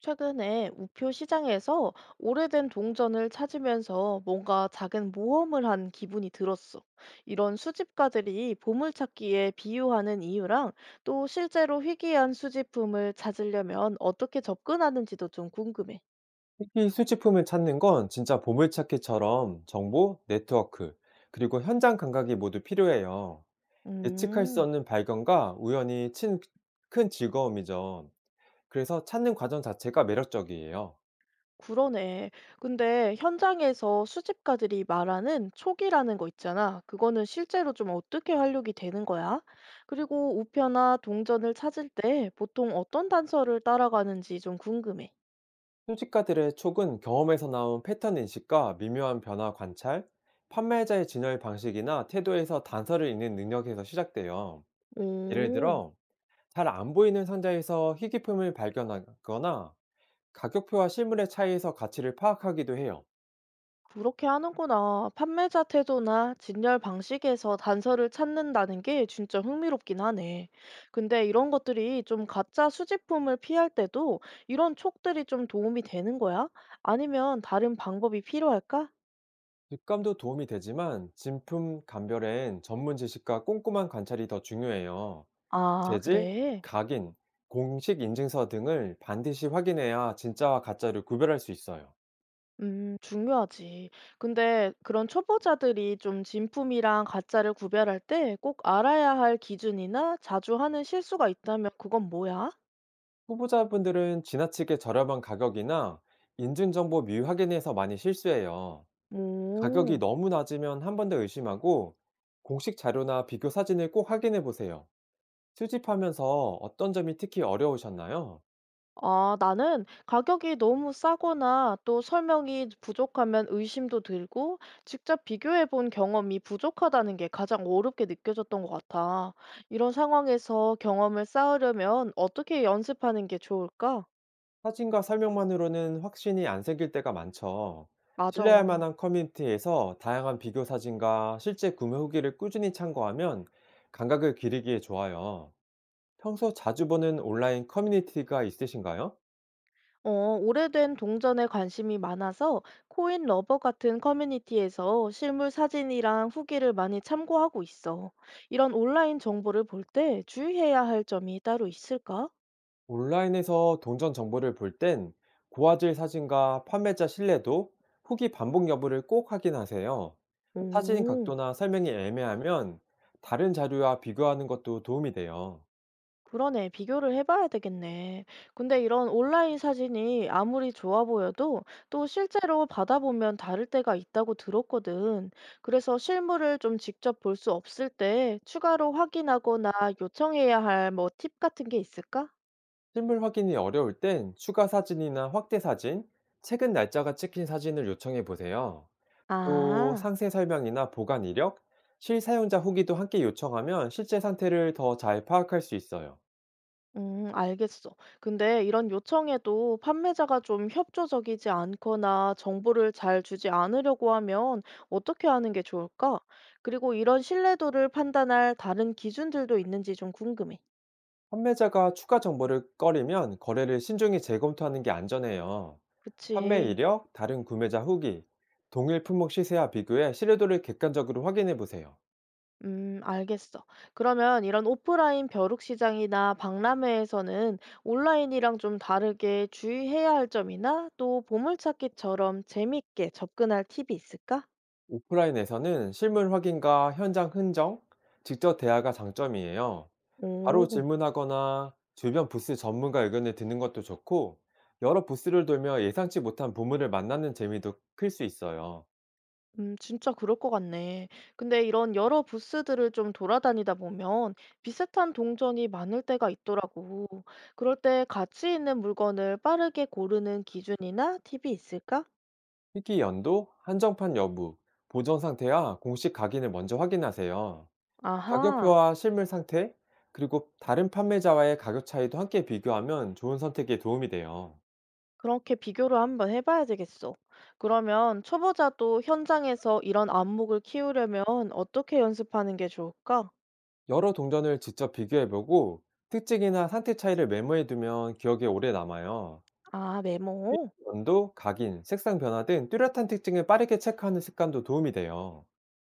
최근에 우표 시장에서 오래된 동전을 찾으면서 뭔가 작은 모험을 한 기분이 들었어. 이런 수집가들이 보물찾기에 비유하는 이유랑 또 실제로 희귀한 수집품을 찾으려면 어떻게 접근하는지도 좀 궁금해. 특히 수집품을 찾는 건 진짜 보물찾기처럼 정보, 네트워크, 그리고 현장 감각이 모두 필요해요. 예측할 수 음. 없는 발견과 우연이 큰 즐거움이죠. 그래서 찾는 과정 자체가 매력적이에요. 그러네. 근데 현장에서 수집가들이 말하는 촉이라는 거 있잖아. 그거는 실제로 좀 어떻게 활용이 되는 거야? 그리고 우표나 동전을 찾을 때 보통 어떤 단서를 따라가는지 좀 궁금해. 수집가들의 촉은 경험에서 나온 패턴 인식과 미묘한 변화 관찰, 판매자의 진열 방식이나 태도에서 단서를 읽는 능력에서 시작돼요. 예를 오, 들어, 잘 안 보이는 상자에서 희귀품을 발견하거나 가격표와 실물의 차이에서 가치를 파악하기도 해요. 그렇게 하는구나. 판매자 태도나 진열 방식에서 단서를 찾는다는 게 진짜 흥미롭긴 하네. 근데 이런 것들이 좀 가짜 수집품을 피할 때도 이런 촉들이 좀 도움이 되는 거야? 아니면 다른 방법이 필요할까? 직감도 도움이 되지만 진품 감별엔 전문 지식과 꼼꼼한 관찰이 더 중요해요. 아 재질, 그래? 각인, 공식 인증서 등을 반드시 확인해야 진짜와 가짜를 구별할 수 있어요. 중요하지. 근데 그런 초보자들이 좀 진품이랑 가짜를 구별할 때 꼭 알아야 할 기준이나 자주 하는 실수가 있다면 그건 뭐야? 후보자분들은 지나치게 저렴한 가격이나 인증정보 미확인에서 많이 실수해요. 가격이 오. 너무 낮으면 한 번 더 의심하고 공식 자료나 비교 사진을 꼭 확인해 보세요. 수집하면서 어떤 점이 특히 어려우셨나요? 아 나는 가격이 너무 싸거나 또 설명이 부족하면 의심도 들고 직접 비교해 본 경험이 부족하다는 게 가장 어렵게 느껴졌던 것 같아. 이런 상황에서 경험을 쌓으려면 어떻게 연습하는 게 좋을까? 사진과 설명만으로는 확신이 안 생길 때가 많죠. 맞아. 신뢰할 만한 커뮤니티에서 다양한 비교 사진과 실제 구매 후기를 꾸준히 참고하면 감각을 기르기에 좋아요. 평소 자주 보는 온라인 커뮤니티가 있으신가요? 어, 오래된 동전에 관심이 많아서 코인 러버 같은 커뮤니티에서 실물 사진이랑 후기를 많이 참고하고 있어. 이런 온라인 정보를 볼 때 주의해야 할 점이 따로 있을까? 온라인에서 동전 정보를 볼 땐 고화질 사진과 판매자 신뢰도, 후기 반복 여부를 꼭 확인하세요. 사진 오, 각도나 설명이 애매하면 다른 자료와 비교하는 것도 도움이 돼요. 그러네. 비교를 해봐야 되겠네. 근데 이런 온라인 사진이 아무리 좋아 보여도 또 실제로 받아보면 다를 때가 있다고 들었거든. 그래서 실물을 좀 직접 볼 수 없을 때 추가로 확인하거나 요청해야 할 뭐 팁 같은 게 있을까? 실물 확인이 어려울 땐 추가 사진이나 확대 사진, 최근 날짜가 찍힌 사진을 요청해 보세요. 또 아. 상세 설명이나 보관 이력, 실사용자 후기도 함께 요청하면 실제 상태를 더 잘 파악할 수 있어요. 알겠어. 근데 이런 요청에도 판매자가 좀 협조적이지 않거나 정보를 잘 주지 않으려고 하면 어떻게 하는 게 좋을까? 그리고 이런 신뢰도를 판단할 다른 기준들도 있는지 좀 궁금해. 판매자가 추가 정보를 꺼리면 거래를 신중히 재검토하는 게 안전해요. 판매 그치. 이력, 다른 구매자 후기, 동일 품목 시세와 비교해 신뢰도를 객관적으로 확인해 보세요. 알겠어. 그러면 이런 오프라인 벼룩 시장이나 박람회에서는 온라인이랑 좀 다르게 주의해야 할 점이나 또 보물찾기처럼 재밌게 접근할 팁이 있을까? 오프라인에서는 실물 확인과 현장 흔적, 직접 대화가 장점이에요. 바로 오. 질문하거나 주변 부스 전문가 의견을 듣는 것도 좋고, 여러 부스를 돌며 예상치 못한 보물을 만나는 재미도 클 수 있어요. 진짜 그럴 것 같네. 근데 이런 여러 부스들을 좀 돌아다니다 보면 비슷한 동전이 많을 때가 있더라고. 그럴 때 가치 있는 물건을 빠르게 고르는 기준이나 팁이 있을까? 특히 연도, 한정판 여부, 보존 상태와 공식 각인을 먼저 확인하세요. 아하, 가격표와 실물 상태, 그리고 다른 판매자와의 가격 차이도 함께 비교하면 좋은 선택에 도움이 돼요. 그렇게 비교를 한번 해봐야 되겠어. 그러면 초보자도 현장에서 이런 안목을 키우려면 어떻게 연습하는 게 좋을까? 여러 동전을 직접 비교해보고 특징이나 상태 차이를 메모해두면 기억에 오래 남아요. 아, 메모. 연도, 각인, 색상 변화 등 뚜렷한 특징을 빠르게 체크하는 습관도 도움이 돼요.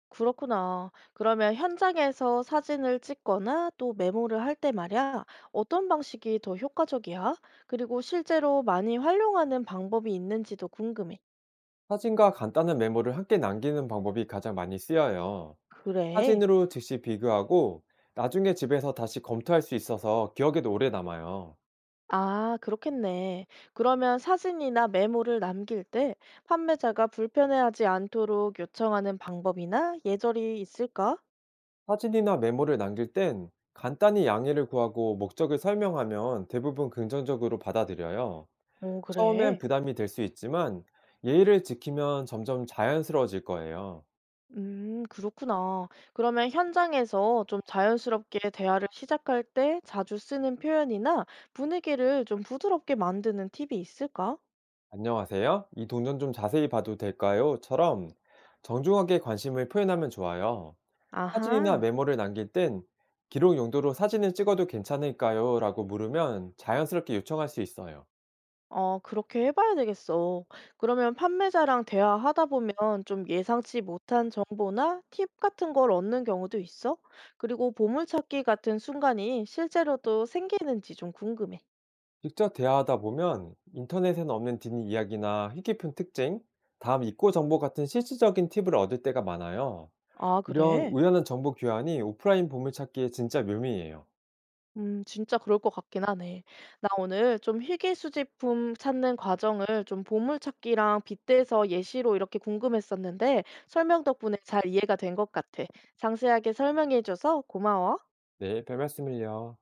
그렇구나. 그러면 현장에서 사진을 찍거나 또 메모를 할 때 말이야, 어떤 방식이 더 효과적이야? 그리고 실제로 많이 활용하는 방법이 있는지도 궁금해. 사진과 간단한 메모를 함께 남기는 방법이 가장 많이 쓰여요. 그래. 사진으로 즉시 비교하고 나중에 집에서 다시 검토할 수 있어서 기억에도 오래 남아요. 아, 그렇겠네. 그러면 사진이나 메모를 남길 때 판매자가 불편해하지 않도록 요청하는 방법이나 예절이 있을까? 사진이나 메모를 남길 땐 간단히 양해를 구하고 목적을 설명하면 대부분 긍정적으로 받아들여요. 오, 처음엔 그래. 부담이 될 수 있지만 예의를 지키면 점점 자연스러워질 거예요. 그렇구나. 그러면 현장에서 좀 자연스럽게 대화를 시작할 때 자주 쓰는 표현이나 분위기를 좀 부드럽게 만드는 팁이 있을까? "안녕하세요. 이 동전 좀 자세히 봐도 될까요?"처럼 정중하게 관심을 표현하면 좋아요. 사진이나 아하, 메모를 남길 땐 "기록 용도로 사진을 찍어도 괜찮을까요?"라고 물으면 자연스럽게 요청할 수 있어요. 어, 그렇게 해봐야 되겠어. 그러면 판매자랑 대화하다 보면 좀 예상치 못한 정보나 팁 같은 걸 얻는 경우도 있어? 그리고 보물찾기 같은 순간이 실제로도 생기는지 좀 궁금해. 직접 대화하다 보면 인터넷에는 없는 뒷이야기나 희깊은 특징, 다음 입고 정보 같은 실질적인 팁을 얻을 때가 많아요. 아, 이런 그래? 우연한 정보 교환이 오프라인 보물찾기의 진짜 묘미예요. 진짜 그럴 것 같긴 하네. 나 오늘 좀 희귀수집품 찾는 과정을 좀 보물찾기랑 빗대서 예시로 이렇게 궁금했었는데 설명 덕분에 잘 이해가 된 것 같아. 상세하게 설명해줘서 고마워. 네, 별 말씀을요.